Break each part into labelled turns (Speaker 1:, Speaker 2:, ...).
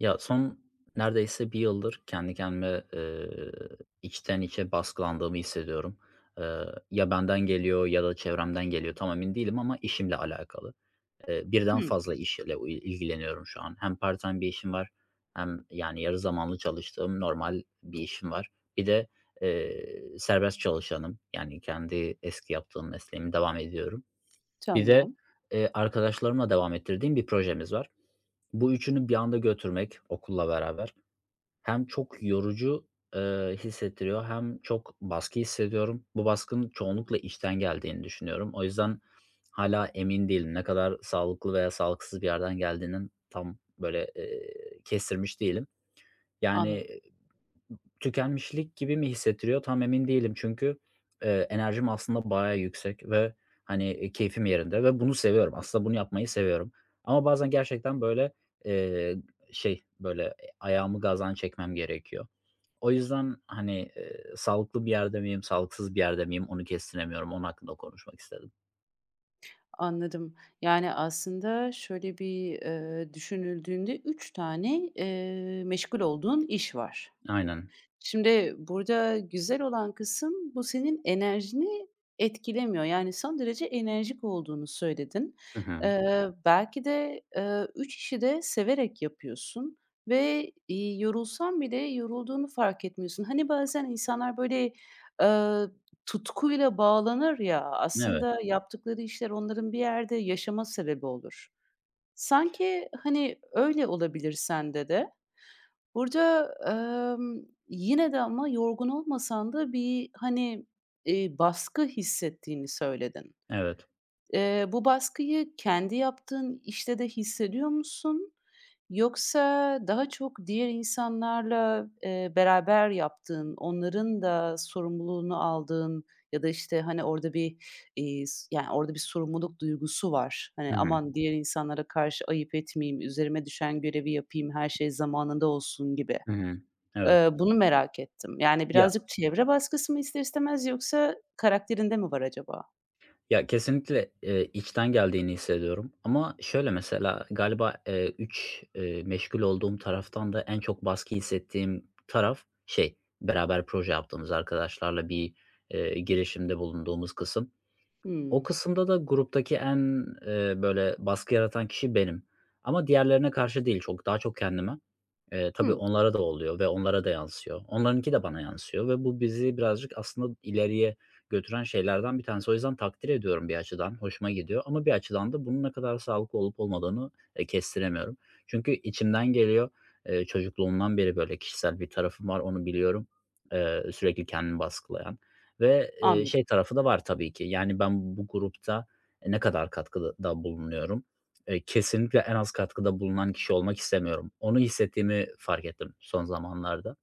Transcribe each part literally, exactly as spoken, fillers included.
Speaker 1: Ya, son neredeyse bir yıldır kendi kendime, eee, içten içe baskılandığımı hissediyorum. Eee, Ya benden geliyor ya da çevremden geliyor, tam emin değilim ama işimle alakalı. Eee, birden
Speaker 2: Hımm,
Speaker 1: fazla işle u ilgileniyorum şu an. Hem part-time bir işim var hem, yani, yarı zamanlı çalıştığım normal bir işim var. Bir de, eee, serbest çalışanım. Yani, kendi eski yaptığım mesleğimi devam ediyorum. Bir de,
Speaker 2: tamam.
Speaker 1: eee, arkadaşlarımla devam ettirdiğim bir projemiz var. Bu üçünü bir anda götürmek okulla beraber hem çok yorucu, eee, hissettiriyor hem çok baskı hissediyorum. Bu baskının çoğunlukla işten geldiğini düşünüyorum. O yüzden hala emin değilim. Ne kadar sağlıklı veya sağlıksız bir yerden geldiğinin tam böyle, eee, kestirmiş değilim.
Speaker 2: Anladım,
Speaker 1: Yani tükenmişlik gibi mi hissettiriyor, tam emin değilim. Çünkü, eee, enerjim aslında bayağı yüksek ve, hani, eee, keyfim yerinde ve bunu seviyorum. Aslında bunu yapmayı seviyorum. Ama bazen gerçekten, böyle, eee, şey, böyle, eee, ayağımı gazdan çekmem gerekiyor. O yüzden, hani, eee, sağlıklı bir yerde miyim, sağlıksız bir yerde miyim onu kestiremiyorum. Onun hakkında konuşmak istedim.
Speaker 2: anladım. Yani, aslında şöyle bir, eee, düşünüldüğünde üç tane, eee, meşgul olduğun iş var.
Speaker 1: Aynen.
Speaker 2: Şimdi burada güzel olan kısım bu senin enerjini etkilemiyor. Yani son derece enerjik olduğunu söyledin.
Speaker 1: Hı hı.
Speaker 2: Eee, belki de, eee, üç işi de severek yapıyorsun ve, iii, yorulsan bile yorulduğunu fark etmiyorsun. Hani, bazen insanlar böyle, eee, tutkuyla bağlanır ya,
Speaker 1: Evet,
Speaker 2: aslında yaptıkları işler onların bir yerde yaşama sebebi olur. Sanki, hani, öyle olabilir sende de. Burada, emm, yine de ama yorgun olmasan da bir, hani, eee, baskı hissettiğini söyledin.
Speaker 1: evet.
Speaker 2: Eee, bu baskıyı kendi yaptığın işte de hissediyor musun? Yoksa daha çok diğer insanlarla, eee, beraber yaptığın, onların da sorumluluğunu aldığın ya da, işte, hani, orada bir, iii, s yani, orada bir sorumluluk duygusu var.
Speaker 1: Hı
Speaker 2: Hani,
Speaker 1: hı.
Speaker 2: aman diğer insanlara karşı ayıp etmeyeyim, üzerime düşen görevi yapayım, her şey zamanında olsun gibi.
Speaker 1: Hı hı. Evet.
Speaker 2: Eee, bunu merak ettim. Yani
Speaker 1: Ya
Speaker 2: birazcık çevre baskısı mı ister istemez yoksa karakterinde mi var acaba?
Speaker 1: Ya, kesinlikle, eee, içten geldiğini hissediyorum ama şöyle mesela galiba, eee, üç, eee, meşgul olduğum taraftan da en çok baskı hissettiğim taraf şey, beraber proje yaptığımız arkadaşlarla bir, eee, girişimde bulunduğumuz kısım. O
Speaker 2: Hımm.
Speaker 1: kısımda da gruptaki en, eee, böyle baskı yaratan kişi benim ama diğerlerine karşı değil, çok daha çok kendime. Eee, tabii
Speaker 2: Hımm,
Speaker 1: onlara da oluyor ve onlara da yansıyor. Onlarınki de bana yansıyor ve bu bizi birazcık aslında ileriye götüren şeylerden bir tanesi. O yüzden takdir ediyorum bir açıdan, hoşuma gidiyor ama bir açıdan da bunun ne kadar sağlıklı olup olmadığını, eee, kestiremiyorum. Çünkü içimden geliyor. Eee, çocukluğumdan beri böyle kişisel bir tarafım var, onu biliyorum. Eee, sürekli kendimi baskılayan. Ve, eee,
Speaker 2: anladım.
Speaker 1: şey tarafı da var tabii ki, yani, ben bu grupta ne kadar katkıda bulunuyorum? Eee, kesinlikle en az katkıda bulunan kişi olmak istemiyorum. Onu hissettiğimi fark ettim son zamanlarda.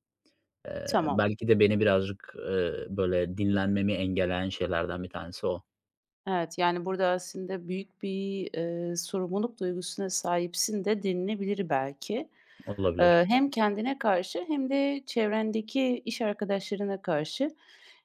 Speaker 1: Eee,
Speaker 2: Tamam.
Speaker 1: belki de beni birazcık, eee, böyle dinlenmemi engelleyen şeylerden bir tanesi o.
Speaker 2: Evet, yani, burada aslında büyük bir, eee, sorumluluk duygusuna sahipsin de denilebilir belki.
Speaker 1: Olabilir.
Speaker 2: Eee, hem kendine karşı hem de çevrendeki iş arkadaşlarına karşı.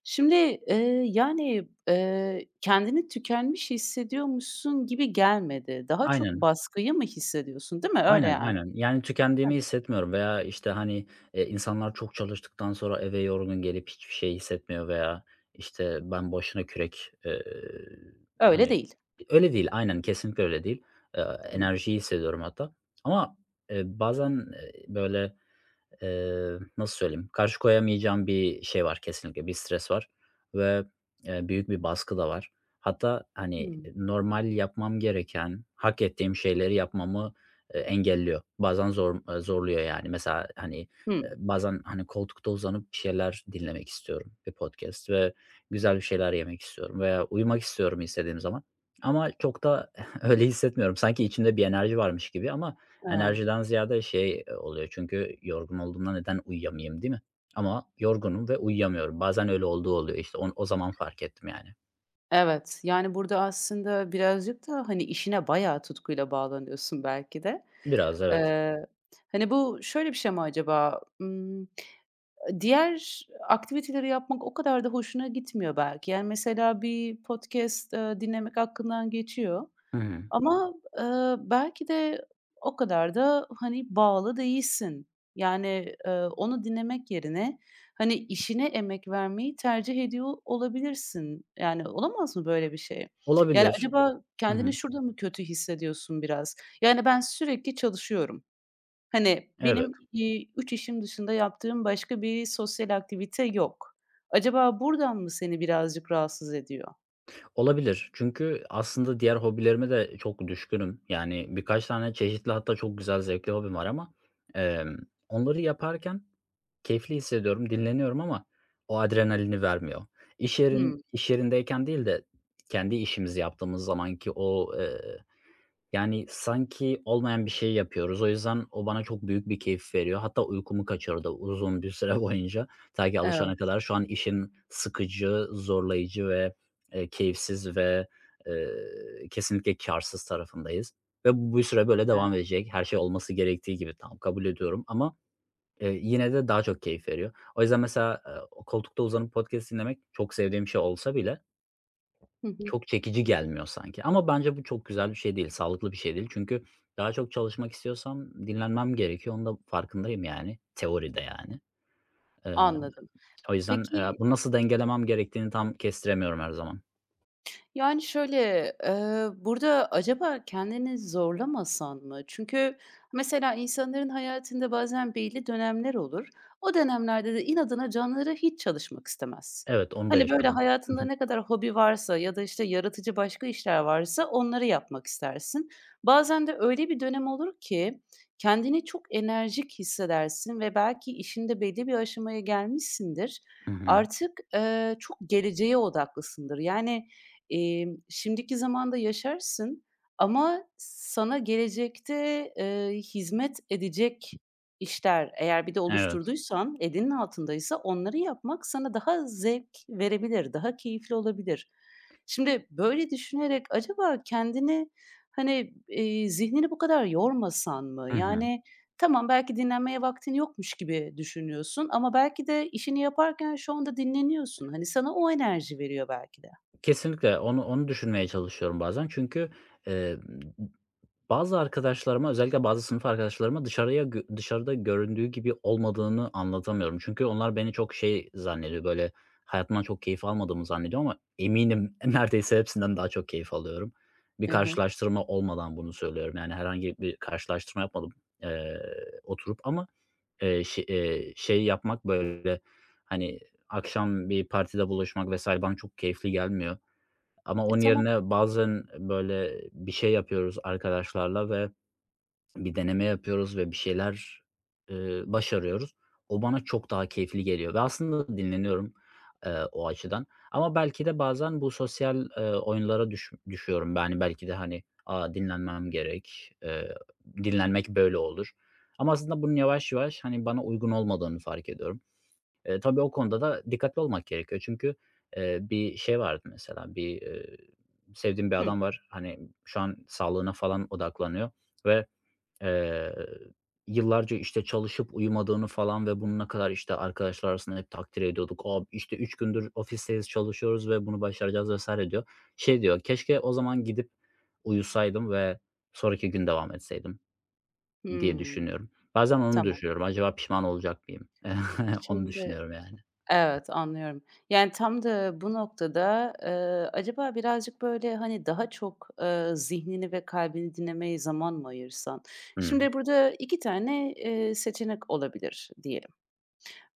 Speaker 2: Şimdi, eee, yani, eee, kendini tükenmiş hissediyormuşsun gibi gelmedi. Daha çok
Speaker 1: Aynen.
Speaker 2: baskıyı mı hissediyorsun, değil mi? Öyle
Speaker 1: Aynen,
Speaker 2: yani.
Speaker 1: aynen. Yani tükendiğimi
Speaker 2: Hıh.
Speaker 1: hissetmiyorum veya, işte, hani, eee, insanlar çok çalıştıktan sonra eve yorgun gelip hiçbir şey hissetmiyor veya, işte, ben boşuna kürek, eee,
Speaker 2: Öyle
Speaker 1: hani,
Speaker 2: değil,
Speaker 1: öyle değil. Aynen, kesinlikle öyle değil. Eee,
Speaker 2: değil mi?
Speaker 1: Enerjiyi hissediyorum hatta ama, eee, bazen, eee, böyle Eee, nasıl söyleyeyim? Karşı koyamayacağım bir şey var kesinlikle, bir stres var ve, eee, büyük bir baskı da var. Hatta, hani,
Speaker 2: Hımm.
Speaker 1: normal yapmam gereken, hak ettiğim şeyleri yapmamı, eee, engelliyor. Bazen zor eee, zorluyor yani. Mesela, hani, eee,
Speaker 2: Hımm.
Speaker 1: bazen, hani, koltukta uzanıp bir şeyler dinlemek istiyorum, bir podcast ve güzel bir şeyler yemek istiyorum veya uyumak istiyorum istediğim zaman ama çok da öyle hissetmiyorum. Sanki içimde bir enerji varmış gibi ama
Speaker 2: Ha,
Speaker 1: enerjiden ziyade şey, e, oluyor çünkü yorgun olduğumda neden uyuyamayayım, değil mi? Ama yorgunum ve uyuyamıyorum. Bazen öyle olduğu oluyor, işte, on o zaman fark ettim yani.
Speaker 2: evet. Yani, burada aslında birazcık da, hani, işine bayağı tutkuyla bağlanıyorsun belki de.
Speaker 1: Biraz, evet.
Speaker 2: Eee, Hani, bu şöyle bir şey mi acaba? Imm diğer aktiviteleri yapmak o kadar da hoşuna gitmiyor belki. Yani, mesela bir podcast, eee, dinlemek aklından geçiyor
Speaker 1: Hı hı.
Speaker 2: ama, eee, belki de o kadar da, hani, bağlı değilsin. Yani, eee, onu dinlemek yerine, hani, işine emek vermeyi tercih ediyor olabilirsin. Yani, olamaz mı böyle bir şey? Yani,
Speaker 1: Olabilir.
Speaker 2: acaba
Speaker 1: Hı
Speaker 2: kendini
Speaker 1: hı.
Speaker 2: şurada mı kötü hissediyorsun biraz? Yani, ben sürekli çalışıyorum. Hani,
Speaker 1: Evet,
Speaker 2: benim, iii, üç işim dışında yaptığım başka bir sosyal aktivite yok. Acaba buradan mı seni birazcık rahatsız ediyor?
Speaker 1: olabilir. Çünkü aslında diğer hobilerime de çok düşkünüm. Yani birkaç tane çeşitli hatta çok güzel zevkli hobim var ama, emm, onları yaparken keyifli hissediyorum, dinleniyorum ama o adrenalini vermiyor. İş
Speaker 2: Hımm.
Speaker 1: yerin iş yerindeyken değil de kendi işimizi yaptığımız zamanki o, yani, sanki olmayan bir şey yapıyoruz. O yüzden o bana çok büyük bir keyif veriyor. Hatta uykumu kaçırdı uzun bir süre boyunca ta ki
Speaker 2: Evet.
Speaker 1: alışana kadar. Şu an işin sıkıcı, zorlayıcı ve, eee, keyifsiz ve, eee, kesinlikle karsız tarafındayız ve bu bir süre böyle
Speaker 2: He.
Speaker 1: devam edecek. Her şey olması gerektiği gibi, tamam, kabul ediyorum ama, eee, yine de daha çok keyif veriyor. O yüzden mesela, eee, koltukta uzanıp podcast dinlemek çok sevdiğim şey olsa bile,
Speaker 2: Hı hı.
Speaker 1: çok çekici gelmiyor sanki ama bence bu çok güzel bir şey değil, sağlıklı bir şey değil. Çünkü daha çok çalışmak istiyorsam dinlenmem gerekiyor. Onun da farkındayım yani, teoride yani. Eee,
Speaker 2: Anladım.
Speaker 1: O yüzden, eee,
Speaker 2: Peki.
Speaker 1: bunu nasıl dengelemem gerektiğini tam kestiremiyorum her zaman.
Speaker 2: Yani, şöyle, eee, burada acaba kendini zorlamasan mı? Çünkü mesela insanların hayatında bazen belli dönemler olur. O dönemlerde de inadına canları hiç çalışmak istemez.
Speaker 1: Evet, onu da
Speaker 2: Hani, böyle,
Speaker 1: yaşadım. Hı
Speaker 2: hayatında
Speaker 1: hı.
Speaker 2: ne kadar hobi varsa ya da, işte, yaratıcı başka işler varsa onları yapmak istersin. Bazen de öyle bir dönem olur ki kendini çok enerjik hissedersin ve belki işinde belli bir aşamaya gelmişsindir.
Speaker 1: Hı hı.
Speaker 2: Artık, eee, çok geleceğe odaklısındır. Yani, Emm, şimdiki zamanda yaşarsın ama sana gelecekte, eee, hizmet edecek işler eğer bir de
Speaker 1: Evet.
Speaker 2: oluşturduysan, elinin altındaysa onları yapmak sana daha zevk verebilir, daha keyifli olabilir. Şimdi böyle düşünerek acaba kendini, hani, eee, zihnini bu kadar yormasan mı?
Speaker 1: Hı hı.
Speaker 2: Yani, tamam, belki dinlenmeye vaktin yokmuş gibi düşünüyorsun ama belki de işini yaparken şu anda dinleniyorsun. Hani, sana o enerji veriyor belki de.
Speaker 1: Kesinlikle onu onu düşünmeye çalışıyorum bazen çünkü, eee bazı arkadaşlarıma, özellikle bazı sınıf arkadaşlarıma dışarıya gö dışarıda göründüğü gibi olmadığını anlatamıyorum. Çünkü onlar beni çok şey zannediyor, böyle, hayatımdan çok keyif almadığımı zannediyor ama eminim neredeyse hepsinden daha çok keyif alıyorum. Bir
Speaker 2: Hı hı.
Speaker 1: karşılaştırma olmadan bunu söylüyorum. Yani herhangi bir karşılaştırma yapmadım, eee, oturup ama, eee, şe eee, şey yapmak, böyle, hani, akşam bir partide buluşmak vesaire bana çok keyifli gelmiyor. Ama
Speaker 2: E,
Speaker 1: onun
Speaker 2: tamam.
Speaker 1: yerine bazen böyle bir şey yapıyoruz arkadaşlarla ve bir deneme yapıyoruz ve bir şeyler, eee, başarıyoruz. O bana çok daha keyifli geliyor ve aslında dinleniyorum, eee, o açıdan. Ama belki de bazen bu sosyal, eee, oyunlara düş düşüyorum. Yani belki de, hani, "A, dinlenmem gerek, eee, dinlenmek böyle olur." Ama aslında bunun yavaş yavaş, hani, bana uygun olmadığını fark ediyorum. Eee, tabii o konuda da dikkatli olmak gerekiyor. Çünkü, eee, bir şey vardı mesela, bir, eee, sevdiğim bir
Speaker 2: Hıh.
Speaker 1: adam var. Hani, şu an sağlığına falan odaklanıyor ve, eee, yıllarca, işte, çalışıp uyumadığını falan ve bunu ne kadar, işte, arkadaşlar arasında hep takdir ediyorduk. O işte, üç gündür ofisteyiz, çalışıyoruz ve bunu başaracağız." vesaire diyor. Şey diyor, "Keşke o zaman gidip uyusaydım ve sonraki gün devam etseydim." diye
Speaker 2: Hımm.
Speaker 1: düşünüyorum. Bazen onu
Speaker 2: Tamam.
Speaker 1: düşünüyorum. Acaba pişman olacak mıyım? Onu
Speaker 2: Şimdi
Speaker 1: düşünüyorum yani.
Speaker 2: Evet, anlıyorum. Yani, tam da bu noktada, eee, acaba birazcık, böyle, hani, daha çok, eee, zihnini ve kalbini dinlemeye zaman mı ayırsan?
Speaker 1: Hıı.
Speaker 2: Şimdi burada iki tane, eee, seçenek olabilir diye.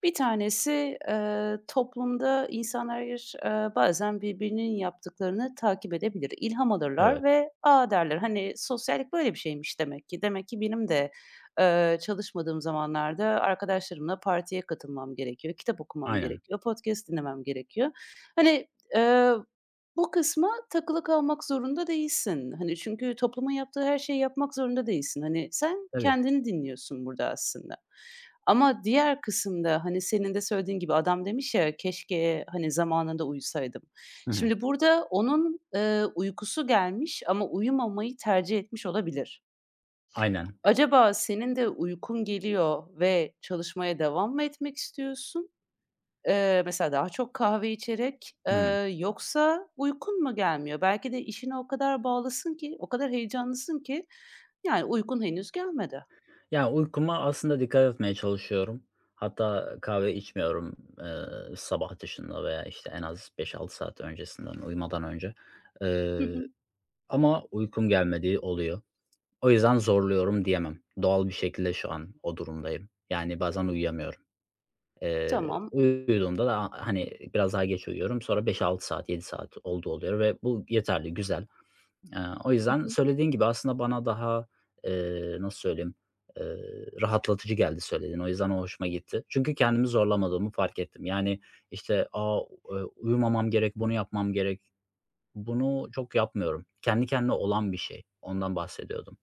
Speaker 2: Bir tanesi, eee, toplumda insanlar, eee, bazen birbirinin yaptıklarını takip edebilir. İlham alırlar
Speaker 1: Evet,
Speaker 2: ve, "A!" derler. Hani, sosyallik böyle bir şeymiş demek ki. Demek ki benim de, eee, çalışmadığım zamanlarda arkadaşlarımla partiye katılmam gerekiyor, kitap okumam
Speaker 1: aynen.
Speaker 2: gerekiyor, podcast dinlemem gerekiyor. Hani, eee bu kısma takılı kalmak zorunda değilsin. Hani, çünkü toplumun yaptığı her şeyi yapmak zorunda değilsin. Hani, sen
Speaker 1: Tabii.
Speaker 2: kendini dinliyorsun burada aslında. Ama diğer kısımda, hani, senin de söylediğin gibi adam demiş ya, "Keşke, hani, zamanında uyusaydım."
Speaker 1: Hı hı.
Speaker 2: Şimdi burada onun, eee, uykusu gelmiş ama uyumamayı tercih etmiş olabilir.
Speaker 1: Aynen.
Speaker 2: Acaba senin de uykun geliyor ve çalışmaya devam mı etmek istiyorsun? Eee, mesela daha çok kahve içerek, eee,
Speaker 1: Hıı.
Speaker 2: yoksa uykun mu gelmiyor? Belki de işine o kadar bağlısın ki, o kadar heyecanlısın ki, yani, uykun henüz gelmedi.
Speaker 1: Ya, uykuma aslında dikkat etmeye çalışıyorum. Hatta kahve içmiyorum, eee, sabah dışında veya, işte, en az beş altı saat öncesinden, uyumadan önce.
Speaker 2: Hı hı.
Speaker 1: Eee, Ama uykum gelmediği oluyor. O yüzden zorluyorum diyemem. Doğal bir şekilde şu an o durumdayım. Yani, bazen uyuyamıyorum. Eee,
Speaker 2: Tamam.
Speaker 1: uyuduğumda da, hani, biraz daha geç uyuyorum. Sonra beş altı saat, yedi saat oldu oluyor ve bu yeterli, güzel. Eee, o
Speaker 2: Hı
Speaker 1: yüzden
Speaker 2: hı.
Speaker 1: söylediğin gibi aslında bana daha, eee, nasıl söyleyeyim, eee, rahatlatıcı geldi söylediğin. O yüzden o hoşuma gitti. Çünkü kendimi zorlamadığımı fark ettim. Yani, işte, a, eee, uyumamam gerek, bunu yapmam gerek. Bunu çok yapmıyorum. Kendi kendine olan bir şey. Ondan bahsediyordum.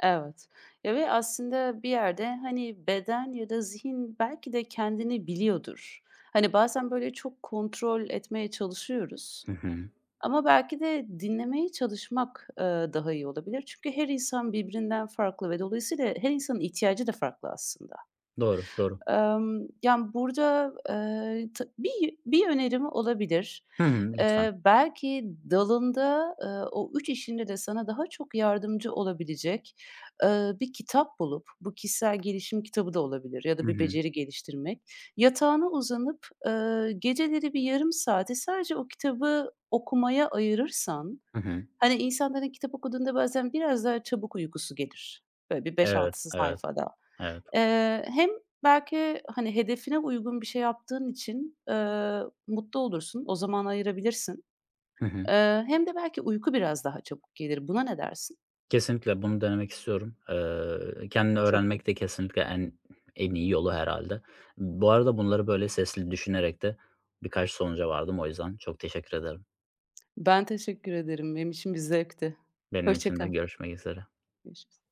Speaker 2: Evet. Ya, ve aslında bir yerde, hani, beden ya da zihin belki de kendini biliyordur. Hani, bazen böyle çok kontrol etmeye çalışıyoruz
Speaker 1: Hı hı.
Speaker 2: ama belki de dinlemeye çalışmak, eee, daha iyi olabilir. Çünkü her insan birbirinden farklı ve dolayısıyla her insanın ihtiyacı da farklı aslında.
Speaker 1: Doğru, doğru.
Speaker 2: Emm, yani, burada, eee, tı bir bir önerim olabilir.
Speaker 1: Hı hı. Lütfen.
Speaker 2: Eee, belki dalında, eee, o üç işinde de sana daha çok yardımcı olabilecek, eee, bir kitap bulup, bu kişisel gelişim kitabı da olabilir ya da
Speaker 1: Hı
Speaker 2: bir
Speaker 1: hı.
Speaker 2: beceri geliştirmek, yatağına uzanıp, eee, geceleri bir yarım saati sadece o kitabı okumaya ayırırsan,
Speaker 1: Hı hı.
Speaker 2: hani, insanların kitap okuduğunda bazen biraz daha çabuk uykusu gelir. Böyle bir beş
Speaker 1: Evet,
Speaker 2: 6sı
Speaker 1: evet,
Speaker 2: sayfada.
Speaker 1: evet.
Speaker 2: Eee, hem Belki, hani, hedefine uygun bir şey yaptığın için, eee, mutlu olursun, o zaman ayırabilirsin.
Speaker 1: Hı hı.
Speaker 2: Eee, hem de belki uyku biraz daha çabuk gelir. Buna ne dersin?
Speaker 1: Kesinlikle bunu denemek istiyorum. Eee, kendini
Speaker 2: Çok iyi.
Speaker 1: öğrenmek de kesinlikle en en iyi yolu herhâlde. Bu arada bunları böyle sesli düşünerek de birkaç sonuca vardım o yüzden çok teşekkür ederim.
Speaker 2: Ben teşekkür ederim. Benim için bir zevkti.
Speaker 1: Benim
Speaker 2: Hoşça
Speaker 1: için de
Speaker 2: kal.
Speaker 1: görüşmek üzere.
Speaker 2: Görüşürüz.